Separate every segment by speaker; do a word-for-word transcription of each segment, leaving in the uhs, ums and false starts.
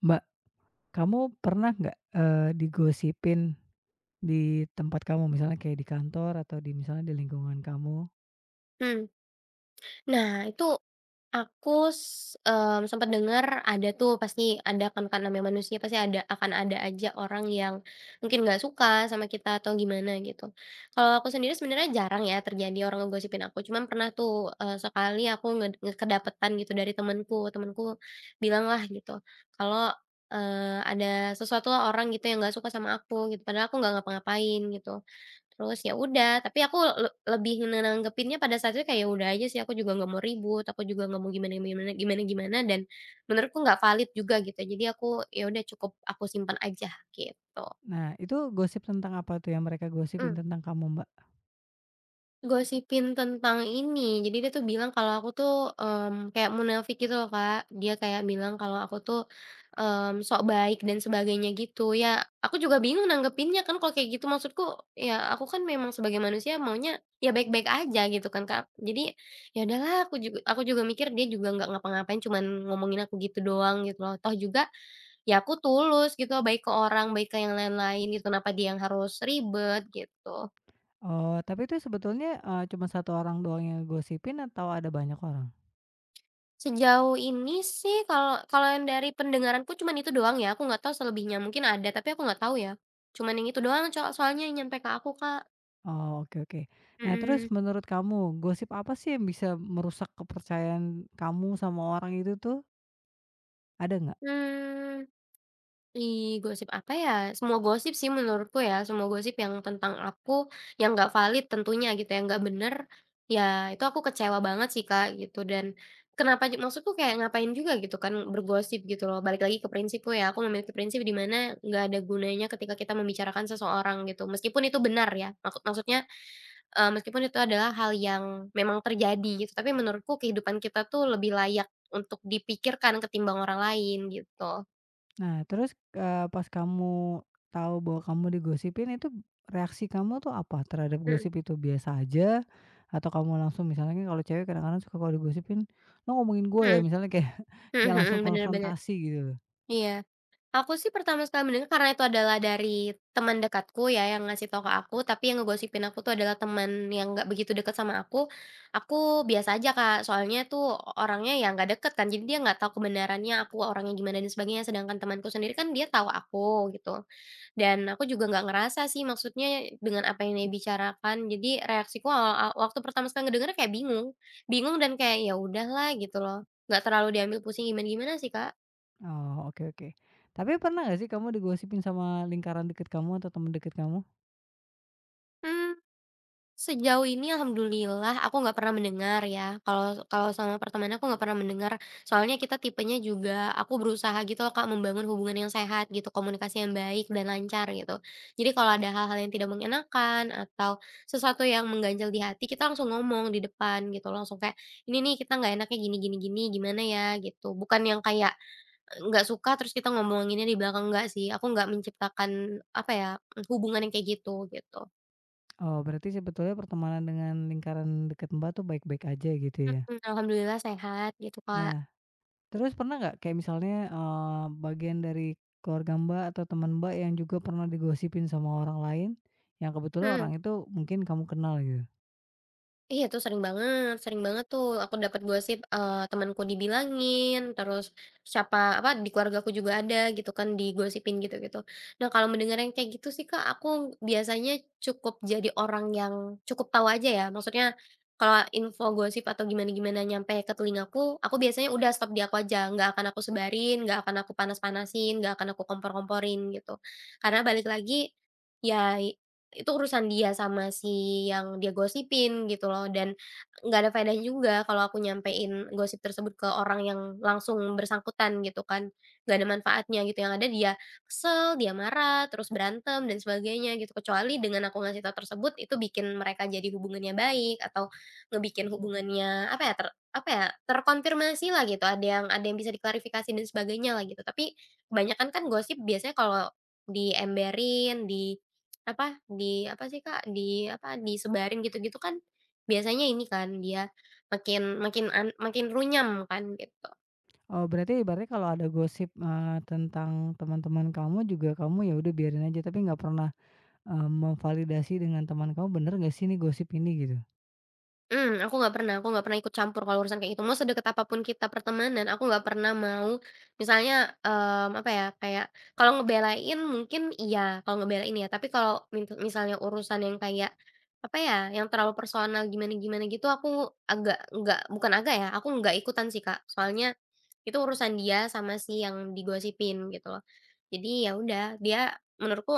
Speaker 1: Mbak, kamu pernah nggak, eee, digosipin di tempat kamu? Misalnya kayak di kantor atau di misalnya di lingkungan kamu.
Speaker 2: Mmm. Nah, itu aku s mmm, sempet denger ada tuh pasti ada kan kan namanya manusia pasti ada akan ada aja orang yang mungkin nggak suka sama kita atau gimana gitu. Kalau aku sendiri sebenarnya jarang ya terjadi orang ngegosipin aku, cuman pernah tuh, eee, sekali aku nged nge kedapetan gitu dari temanku temanku bilang lah gitu kalau, eee, ada sesuatu lah orang gitu yang nggak suka sama aku gitu, padahal aku nggak ngapa-ngapain gitu. Terus ya udah, tapi aku le lebih nanggepinnya pada saat itu kayak, "Ya udah aja sih, aku juga nggak mau ribut, aku juga nggak mau gimana gimana gimana gimana," dan menurutku nggak valid juga gitu. Jadi aku, ya udah cukup aku simpan aja gitu.
Speaker 1: Nah, itu gosip tentang apa tuh yang mereka gosipin
Speaker 2: Mmm.
Speaker 1: tentang kamu, Mbak?
Speaker 2: Gosipin tentang ini, jadi dia tuh bilang kalau aku tuh, mmm, kayak munafik gitu loh, Kak. Dia kayak bilang kalau aku tuh, mmm, sok baik dan sebagainya gitu. Ya, aku juga bingung nanggepinnya kan kalau kayak gitu, maksudku ya aku kan memang sebagai manusia maunya ya baik-baik aja gitu kan, Kak. Jadi, ya udahlah aku juga aku juga mikir dia juga nggak ngapa-ngapain cuman ngomongin aku gitu doang gitu loh. Toh juga ya aku tulus gitu, baik ke orang, baik ke yang lain-lain gitu, kenapa dia yang harus ribet gitu.
Speaker 1: Oh, tapi itu sebetulnya, eee, cuma satu orang doang yang gosipin atau ada banyak orang?
Speaker 2: Sejauh ini sih kalau kalau yang dari pendengaranku cuman itu doang ya, aku nggak tahu selebihnya, mungkin ada tapi aku nggak tahu ya. Cuman yang itu doang co soalnya yang nyampe ke aku, Kak.
Speaker 1: Oh, oke, oke. Nah, terus
Speaker 2: Mhm.
Speaker 1: menurut kamu, gosip apa sih yang bisa merusak kepercayaan kamu sama orang itu tuh? Ada nggak?
Speaker 2: Mmm. Ih, gosip apa ya, semua gosip sih menurutku ya, semua gosip yang tentang aku, yang nggak valid tentunya gitu ya, nggak bener, ya itu aku kecewa banget sih, Kak, gitu. Dan kenapa ju maksudku kayak ngapain juga gitu kan bergosip gitu loh, balik lagi ke prinsipku ya, aku memiliki prinsip di mana nggak ada gunanya ketika kita membicarakan seseorang gitu, meskipun itu benar ya, maksud maksudnya, eee, meskipun itu adalah hal yang memang terjadi gitu, tapi menurutku kehidupan kita tuh lebih layak untuk dipikirkan ketimbang orang lain gitu.
Speaker 1: Nah, terus, eee, pas kamu tahu bahwa kamu digosipin itu reaksi kamu tuh apa terhadap
Speaker 2: Mhm
Speaker 1: gosip itu? Biasa aja atau kamu langsung misalnya kan kalau cewek kadang-kadang suka kalau digosipin, "Lo ngomongin gue ya?"
Speaker 2: mhm.
Speaker 1: Misalnya kayak
Speaker 2: Mhm
Speaker 1: ya
Speaker 2: mhm,
Speaker 1: langsung
Speaker 2: bener bener.
Speaker 1: konfrontasi gitu loh.
Speaker 2: Iya. Aku sih pertama sekali mendengar karena itu adalah dari teman dekatku ya yang ngasih tahu ke aku, tapi yang ngegosipin aku tuh adalah teman yang nggak begitu dekat sama aku. Aku biasa aja, Kak, soalnya tuh orangnya ya nggak deket kan, jadi dia nggak tahu kebenarannya aku orangnya gimana dan sebagainya, sedangkan temanku sendiri kan dia tahu aku gitu. Dan aku juga nggak ngerasa sih maksudnya dengan apa yang dia bicarakan, jadi reaksiku awal a waktu pertama sekali ngedenger kayak bingung. Bingung dan kayak, ya udahlah gitu loh, nggak terlalu diambil pusing gimana-gimana sih, Kak.
Speaker 1: Oh, oke, oke. Tapi pernah nggak sih kamu digosipin sama lingkaran deket kamu atau teman deket kamu?
Speaker 2: Mmm, sejauh ini alhamdulillah aku nggak pernah mendengar ya, kalau kalau sama pertemanan aku nggak pernah mendengar, soalnya kita tipenya juga aku berusaha gitu loh Kak membangun hubungan yang sehat gitu, komunikasi yang baik dan lancar gitu. Jadi kalau ada hal-hal yang tidak mengenakan atau sesuatu yang mengganjal di hati, kita langsung ngomong di depan gitu, langsung kayak, "Ini nih kita nggak enaknya gini gini gini, gimana ya?" Gitu. Bukan yang kayak, eee, nggak suka terus kita ngomonginnya di belakang, nggak sih. Aku nggak menciptakan, apa ya, hubungan yang kayak gitu, gitu.
Speaker 1: Oh, berarti sebetulnya pertemanan dengan lingkaran deket Mbak tuh baik-baik aja gitu ya?
Speaker 2: Mhm, alhamdulillah sehat gitu, Kak.
Speaker 1: Nah, terus pernah nggak kayak misalnya, eee, bagian dari keluarga Mbak atau teman Mbak yang juga pernah digosipin sama orang lain, yang kebetulan
Speaker 2: Hmm,
Speaker 1: orang itu mungkin kamu kenal gitu?
Speaker 2: iya tuh sering banget sering banget tuh aku dapat gosip, eee, temanku dibilangin, terus siapa apa, di keluargaku juga ada gitu kan digosipin gitu-gitu. Nah, kalau mendengar yang kayak gitu sih, Kak, aku biasanya cukup jadi orang yang cukup tahu aja ya, maksudnya kalau info gosip atau gimana-gimana nyampe ke telingaku, aku biasanya udah stop di aku aja, nggak akan aku sebarin, nggak akan aku panas-panasin, nggak akan aku kompor-komporin gitu. Karena balik lagi, ya itu urusan dia sama si yang dia gosipin gitu loh dan nggak ada faedahnya juga kalau aku nyampein gosip tersebut ke orang yang langsung bersangkutan gitu kan, nggak ada manfaatnya gitu, yang ada dia kesel, dia marah, terus berantem dan sebagainya gitu. Kecuali dengan aku ngasih tahu tersebut itu bikin mereka jadi hubungannya baik atau ngebikin hubungannya apa ya, ter apa ya, terkonfirmasi lah gitu, ada yang ada yang bisa diklarifikasi dan sebagainya lah gitu. Tapi kebanyakan kan gosip biasanya kalau diemberin, di apa, di apa sih Kak, di apa, disebarin gitu-gitu kan biasanya ini kan dia makin makin an makin runyam kan gitu.
Speaker 1: Oh, berarti ibaratnya kalau ada gosip, eee, tentang teman-teman kamu juga kamu ya udah biarin aja tapi nggak pernah, eee, memvalidasi dengan teman kamu, "Bener nggak sih ini gosip ini?" Gitu?
Speaker 2: Mmm, aku nggak pernah aku nggak pernah ikut campur kalau urusan kayak gitu, mau sedekat apa pun kita pertemanan, aku nggak pernah mau misalnya, mmm, apa ya, kayak kalau ngebelain mungkin iya, kalau ngebelain ya, tapi kalau min misalnya urusan yang kayak, apa ya, yang terlalu personal gimana-gimana gitu, aku agak nggak bukan agak ya, aku nggak ikutan sih, Kak. Soalnya itu urusan dia sama si yang digosipin gitu loh. Jadi ya udah, dia menurutku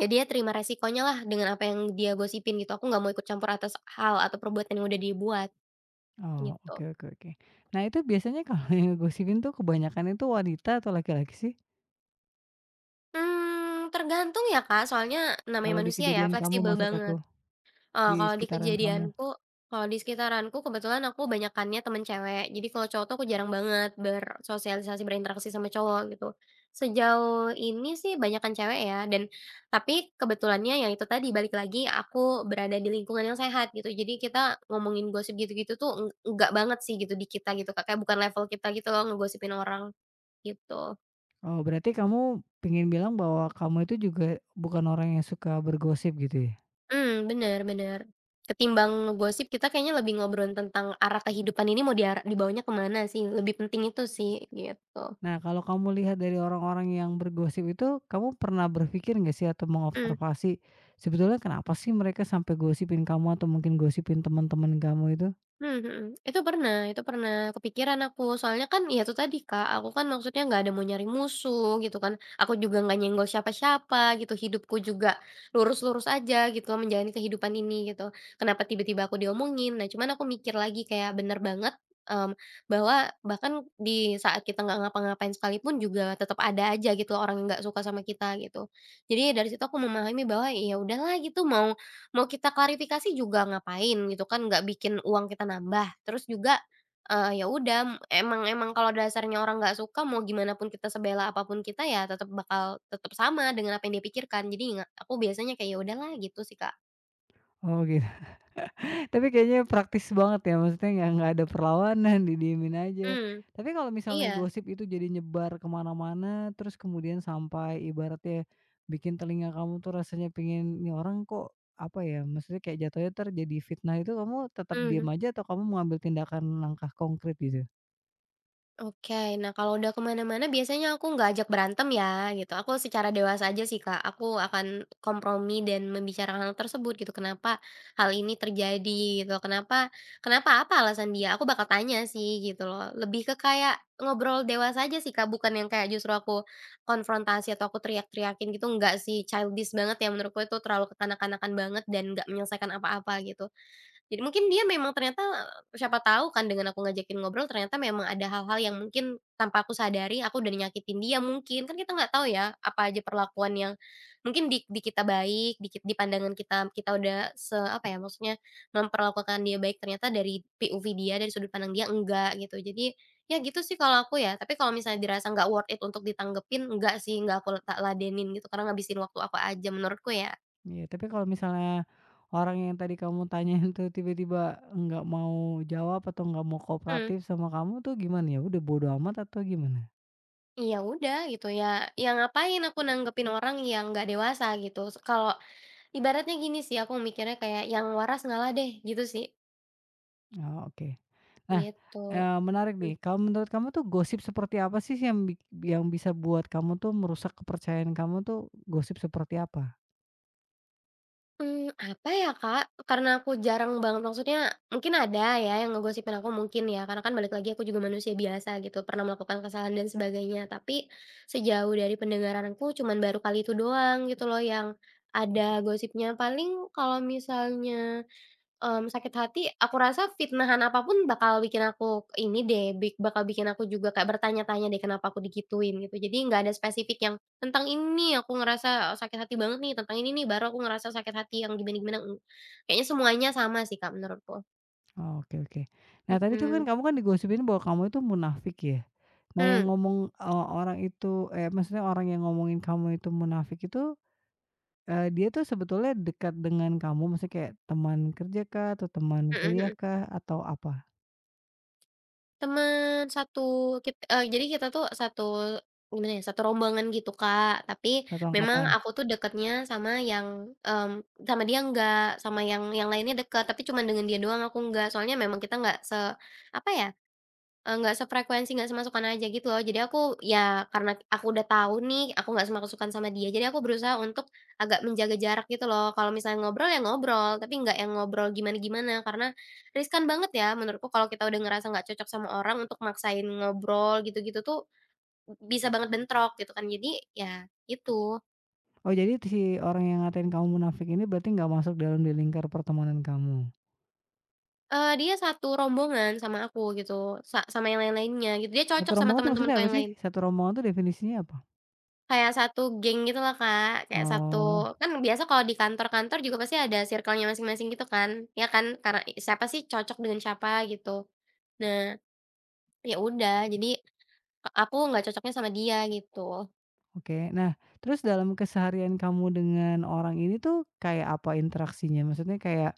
Speaker 2: ya dia terima resikonya lah dengan apa yang dia gosipin gitu, aku nggak mau ikut campur atas hal atau perbuatan yang udah dia buat,
Speaker 1: Oh,
Speaker 2: gitu.
Speaker 1: oke, oke, oke. Nah, itu biasanya kalau yang ngegosipin tuh kebanyakan itu wanita atau laki-laki sih?
Speaker 2: Hmm, tergantung ya Kak, soalnya namanya
Speaker 1: Kalau di
Speaker 2: manusia ya,
Speaker 1: kejadian kamu
Speaker 2: fleksibel
Speaker 1: maksud aku,
Speaker 2: banget. Eee,
Speaker 1: di
Speaker 2: kalau di
Speaker 1: sekitaran kamu?
Speaker 2: kejadianku kalau di sekitaranku kebetulan aku banyakannya temen cewek, jadi kalau cowok tuh aku jarang banget bersosialisasi, berinteraksi sama cowok gitu. Sejauh ini sih banyakan cewek ya dan tapi kebetulannya ya itu tadi balik lagi aku berada di lingkungan yang sehat gitu, jadi kita ngomongin gosip gitu-gitu tuh eng enggak banget sih gitu di kita gitu Kak, kayak bukan level kita gitu loh ngegosipin orang, gitu.
Speaker 1: Oh, berarti kamu pengen bilang bahwa kamu itu juga bukan orang yang suka bergosip gitu ya?
Speaker 2: Mmm, bener bener. Ketimbang ngegosip kita kayaknya lebih ngobrol tentang arah kehidupan ini mau diara dibawanya ke mana sih, lebih penting itu sih, gitu.
Speaker 1: Nah, kalau kamu lihat dari orang-orang yang bergosip itu, kamu pernah berpikir nggak sih atau
Speaker 2: Mmm.
Speaker 1: mengobservasi sebetulnya kenapa sih mereka sampai gosipin kamu atau mungkin gosipin teman-teman kamu itu?
Speaker 2: Mhm mhm. Itu pernah itu pernah kepikiran aku, soalnya kan ya itu tadi, Kak, aku kan maksudnya nggak ada mau nyari musuh gitu kan, aku juga nggak nyenggol siapa-siapa gitu, hidupku juga lurus-lurus aja gitu, menjalani kehidupan ini gitu. Kenapa tiba-tiba aku diomongin? Nah, cuman aku mikir lagi kayak bener banget, mmm, bahwa bahkan di saat kita nggak ngapa-ngapain sekalipun juga tetap ada aja gitu loh orang yang nggak suka sama kita gitu. Jadi dari situ aku memahami bahwa ya udahlah gitu mau mau kita klarifikasi juga ngapain gitu kan, nggak bikin uang kita nambah. Terus juga, eee, ya udah emang emang kalau dasarnya orang nggak suka mau gimana pun kita sebela apapun kita ya tetap bakal tetap sama dengan apa yang dia pikirkan. Jadi nggak aku biasanya kayak, "Ya udahlah," gitu sih, Kak.
Speaker 1: Oh, tapi kayaknya praktis banget ya, maksudnya nggak nggak ada perlawanan, didiemin aja.
Speaker 2: Hmm,
Speaker 1: Tapi kalau misalnya
Speaker 2: iya,
Speaker 1: gosip itu jadi nyebar kemana mana terus kemudian sampai ibaratnya bikin telinga kamu tuh rasanya pengen, "Ini orang kok," apa ya, maksudnya kayak jatuhnya terjadi fitnah, itu kamu tetap diam
Speaker 2: mhm.
Speaker 1: aja atau kamu mengambil tindakan langkah konkret gitu?
Speaker 2: Oke. Nah, kalau udah kemana mana biasanya aku nggak ajak berantem ya, gitu. Aku secara dewasa aja sih, Kak. Aku akan kompromi dan membicarakan hal tersebut gitu. Kenapa hal ini terjadi gitu, kenapa kenapa apa alasan dia, aku bakal tanya sih gitu loh. Lebih ke kayak ngobrol dewasa aja sih, Kak, bukan yang kayak justru aku konfrontasi atau aku teriak-teriakin gitu, nggak sih. Childish banget ya menurutku itu terlalu kekanak-kanakan banget dan nggak menyelesaikan apa-apa gitu. Jadi mungkin dia memang ternyata siapa tahu kan dengan aku ngajakin ngobrol ternyata memang ada hal-hal yang mungkin tanpa aku sadari aku udah nyakitin dia mungkin, kan kita nggak tahu ya apa aja perlakuan yang mungkin di di kita baik, di kit di pandangan kita kita udah se apa ya, maksudnya memperlakukan dia baik ternyata dari P O V dia, dari sudut pandang dia enggak gitu. Jadi ya gitu sih kalau aku ya, tapi kalau misalnya dirasa nggak worth it untuk ditanggepin, enggak sih, nggak aku tak ladenin gitu karena ngabisin waktu aku aja menurutku ya.
Speaker 1: Iya, tapi kalau misalnya orang yang tadi kamu tanyain tuh tiba-tiba nggak mau jawab atau nggak mau
Speaker 2: Mhm.
Speaker 1: kooperatif sama kamu tuh gimana ya, udah bodo amat atau gimana?
Speaker 2: Iya udah gitu ya, ya ngapain aku nanggepin orang yang nggak dewasa gitu, kalau ibaratnya gini sih aku mikirnya kayak yang waras ngalah deh gitu sih,
Speaker 1: Oh, oke. Nah,
Speaker 2: gitu.
Speaker 1: eee, menarik nih. Kalau menurut kamu tuh gosip seperti apa sih yang bik yang bisa buat kamu tuh merusak kepercayaan kamu tuh, gosip seperti apa?
Speaker 2: Hmm, apa ya, Kak? Karena aku jarang banget maksudnya mungkin ada ya yang ngegosipin aku mungkin ya, karena kan balik lagi aku juga manusia biasa gitu, pernah melakukan kesalahan dan sebagainya, tapi sejauh dari pendengaranku cuman baru kali itu doang gitu loh yang ada gosipnya. Paling kalau misalnya mmm, sakit hati, aku rasa fitnahan apapun bakal bikin aku ini deh, bik bakal bikin aku juga kayak bertanya-tanya deh kenapa aku digituin gitu. Jadi nggak ada spesifik yang, tentang ini aku ngerasa sakit hati banget nih, tentang ini nih baru aku ngerasa sakit hati yang gimana-gimana, mmm. Kayaknya semuanya sama sih Kak menurutku.
Speaker 1: Oh, oke, oke. Nah, tadi tuh kan
Speaker 2: Mhm.
Speaker 1: kamu kan digosipin bahwa kamu itu munafik ya. Nah,
Speaker 2: Mmm,
Speaker 1: yang ngomong, eee, orang itu, eh, maksudnya orang yang ngomongin kamu itu munafik itu, eee, dia tuh sebetulnya dekat dengan kamu? Maksudnya kayak teman kerja kah atau teman
Speaker 2: mhm
Speaker 1: kuliah
Speaker 2: mhm.
Speaker 1: kah atau apa?
Speaker 2: Teman satu kit eee, jadi kita tuh satu gimana ya, satu rombongan gitu, Kak. Tapi
Speaker 1: Satu
Speaker 2: memang
Speaker 1: angkatan?
Speaker 2: aku tuh deketnya sama yang, mmm, sama dia enggak, sama yang yang lainnya deket, tapi cuman dengan dia doang aku enggak. Soalnya memang kita enggak se apa ya, Eee, nggak sefrekuensi, nggak semasukan aja gitu loh. Jadi aku ya karena aku udah tahu nih, aku nggak semasukan sama dia, jadi aku berusaha untuk agak menjaga jarak gitu loh. Kalau misalnya ngobrol, ya ngobrol, tapi nggak yang ngobrol gimana-gimana, karena riskan banget ya menurutku kalau kita udah ngerasa nggak cocok sama orang untuk maksain ngobrol gitu-gitu tuh bisa banget bentrok gitu kan. Jadi ya itu,
Speaker 1: Oh, jadi si orang yang ngatain kamu munafik ini berarti nggak masuk dalam di lingkar pertemanan kamu?
Speaker 2: eee, dia satu rombongan sama aku gitu, sa sama yang lain-lainnya gitu, dia
Speaker 1: Satu
Speaker 2: cocok sama
Speaker 1: rombongan tuh maksudnya
Speaker 2: teman-temanku
Speaker 1: apa
Speaker 2: yang
Speaker 1: sih?
Speaker 2: lain.
Speaker 1: Satu rombongan tuh definisinya apa?
Speaker 2: Kayak satu geng gitu loh, Kak, kayak
Speaker 1: Oh,
Speaker 2: satu kan biasa kalau di kantor-kantor juga pasti ada circle-nya masing-masing gitu kan, ya kan? Karena i siapa sih cocok dengan siapa gitu. Nah, ya udah jadi, e aku nggak cocoknya sama dia gitu.
Speaker 1: oke. Nah, terus dalam keseharian kamu dengan orang ini tuh kayak apa interaksinya? Maksudnya kayak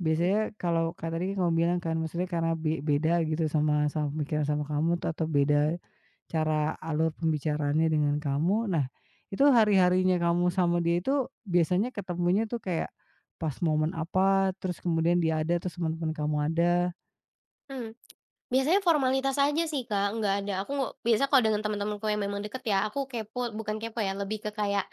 Speaker 1: biasanya kalau kayak tadi kamu bilang kan, maksudnya karena be beda gitu sama sama pemikiran sama kamu tuh atau beda cara alur pembicaraannya dengan kamu. Nah, itu hari-harinya kamu sama dia itu biasanya ketemunya tuh kayak pas momen apa, terus kemudian dia ada, terus teman-teman kamu ada.
Speaker 2: Mhm. Biasanya formalitas aja sih, Kak, nggak ada aku nggak biasa kalau dengan teman-temanku yang memang deket ya, aku kepo bukan kepo ya, lebih ke kayak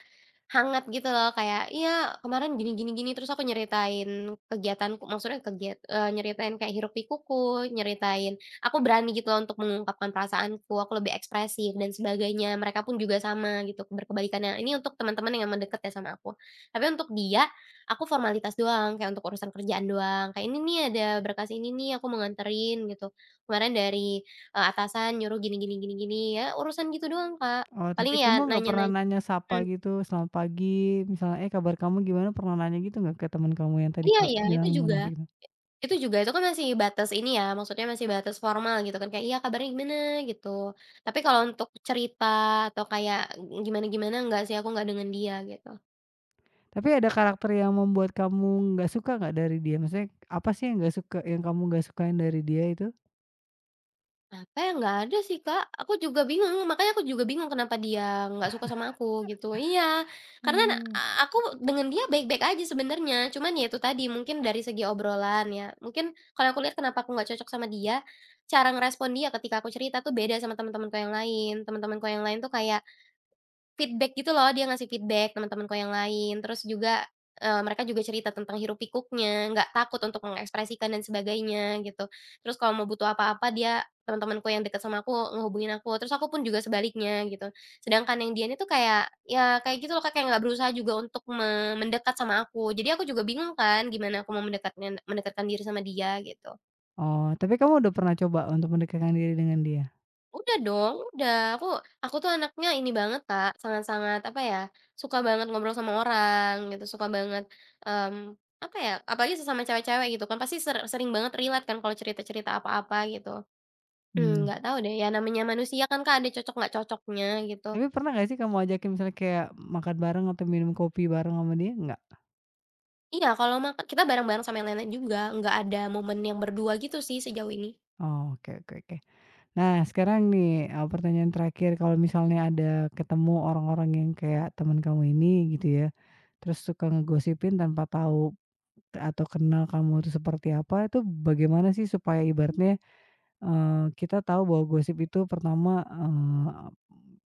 Speaker 2: hangat gitu loh, kayak, "Iya, kemarin gini gini gini," terus aku nyeritain kegiatanku maksudnya kegiat eee, nyeritain kayak hiruk-pikukku, nyeritain aku berani gitu loh untuk mengungkapkan perasaanku, aku lebih ekspresif dan sebagainya, mereka pun juga sama gitu, berkebalikannya. Ini untuk teman-teman yang emang deket ya sama aku. Tapi untuk dia, aku formalitas doang, kayak untuk urusan kerjaan doang, kayak, "Ini nih ada berkas ini nih, aku mau nganterin," gitu. Kemarin dari, eee, atasan nyuruh gini gini gini gini, ya urusan gitu doang, Kak.
Speaker 1: Oh,
Speaker 2: Paling
Speaker 1: tapi
Speaker 2: ya
Speaker 1: kamu nggak pernah
Speaker 2: nanya-nanya
Speaker 1: nanya sapa
Speaker 2: mhm,
Speaker 1: gitu, "Selamat pagi," misalnya, "Eh, kabar kamu gimana?" Pernah nanya gitu nggak ke teman kamu yang tadi
Speaker 2: iya
Speaker 1: Kak
Speaker 2: iya, itu
Speaker 1: bilang
Speaker 2: juga
Speaker 1: munafik itu?
Speaker 2: itu juga, itu kan masih batas ini ya, maksudnya masih batas formal gitu kan, kayak, "Iya kabarnya gimana?" gitu. Tapi kalau untuk cerita atau kayak gimana-gimana, enggak sih, aku enggak dengan dia gitu.
Speaker 1: Tapi ada karakter yang membuat kamu nggak suka nggak dari dia? Maksudnya apa sih yang nggak suka yang kamu nggak sukain dari dia itu?
Speaker 2: Apa ya, nggak ada sih, Kak. Aku juga bingung, makanya aku juga bingung kenapa dia nggak suka sama aku, gitu. Iya, karena na
Speaker 1: Mmm.
Speaker 2: aku dengan dia baik-baik aja sebenarnya, cuman ya itu tadi, mungkin dari segi obrolan ya, mungkin kalau aku lihat kenapa aku nggak cocok sama dia, cara ngerespon dia ketika aku cerita tuh beda sama teman-temanku yang lain. Teman-temanku yang lain tuh kayak feedback gitu loh, dia ngasih feedback teman-temanku yang lain, terus juga, eee, mereka juga cerita tentang hiruk pikuknya, nggak takut untuk mengekspresikan dan sebagainya gitu. Terus kalau mau butuh apa-apa dia teman-temanku yang dekat sama aku ngehubungin aku, terus aku pun juga sebaliknya gitu. Sedangkan yang dia ini tuh kayak, ya kayak gitu loh Kak, kayak nggak berusaha juga untuk me mendekat sama aku. Jadi aku juga bingung kan gimana aku mau mendekatnya mendekatkan diri sama dia gitu.
Speaker 1: Oh, tapi kamu udah pernah coba untuk mendekatkan diri dengan dia?
Speaker 2: Udah dong, udah. Aku aku tuh anaknya ini banget, Kak, sangat-sangat, apa ya, suka banget ngobrol sama orang gitu, suka banget, mmm, apa ya, apalagi sesama cewek-cewek gitu kan, pasti ser sering banget relate kan kalau cerita-cerita apa-apa gitu. Mmm,
Speaker 1: Mmm,
Speaker 2: nggak tahu deh ya namanya manusia kan, Kak, ada cocok nggak cocoknya gitu.
Speaker 1: tapi pernah nggak sih kamu ajakin misalnya kayak makan bareng atau minum kopi bareng sama dia? Nggak?
Speaker 2: Iya, kalau makan kita bareng-bareng sama yang lain juga, nggak ada momen yang berdua gitu sih sejauh ini.
Speaker 1: Oh, oke, oke, oke. Nah, sekarang nih, eee, pertanyaan terakhir, kalau misalnya ada ketemu orang-orang yang kayak teman kamu ini gitu ya, terus suka ngegosipin tanpa tahu atau kenal kamu itu seperti apa, itu bagaimana sih supaya ibaratnya, eee, kita tahu bahwa gosip itu pertama, eee,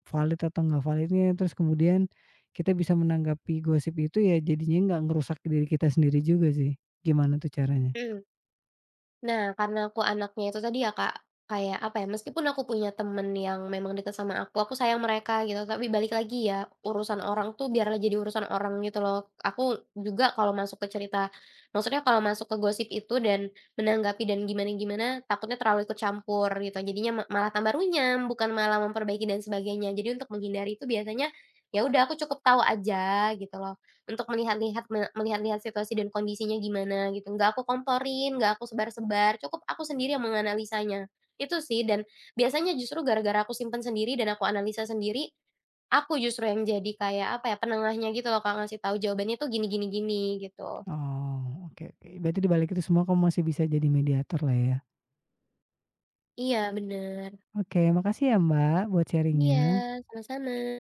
Speaker 1: valid atau enggak validnya, terus kemudian kita bisa menanggapi gosip itu ya jadinya nggak ngerusak diri kita sendiri juga sih. Gimana tuh caranya?
Speaker 2: Mhm. Nah, karena aku anaknya itu tadi ya, Kak, kayak apa ya, meskipun aku punya temen yang memang deket sama aku, aku sayang mereka gitu, tapi balik lagi ya, urusan orang tuh biarlah jadi urusan orang gitu loh. Aku juga kalau masuk ke cerita maksudnya kalau masuk ke gosip itu dan menanggapi dan gimana-gimana, takutnya terlalu ikut campur gitu. Jadinya ma malah tambah runyam, bukan malah memperbaiki dan sebagainya. Jadi untuk menghindari itu biasanya, ya udah aku cukup tahu aja gitu loh. Untuk melihat-lihat me melihat-lihat situasi dan kondisinya gimana gitu, nggak aku komporin, nggak aku sebar-sebar, cukup aku sendiri yang menganalisanya. Itu sih dan biasanya justru gara-gara aku simpen sendiri dan aku analisa sendiri, aku justru yang jadi kayak apa ya, penengahnya gitu loh, Kak, ngasih tahu jawabannya tuh gini gini gini gitu.
Speaker 1: Oh, oke, oke. Berarti di balik itu semua kamu masih bisa jadi mediator lah ya?
Speaker 2: Iya bener.
Speaker 1: Oke, makasih ya Mbak buat
Speaker 2: Iya,
Speaker 1: sharingnya.
Speaker 2: sama-sama.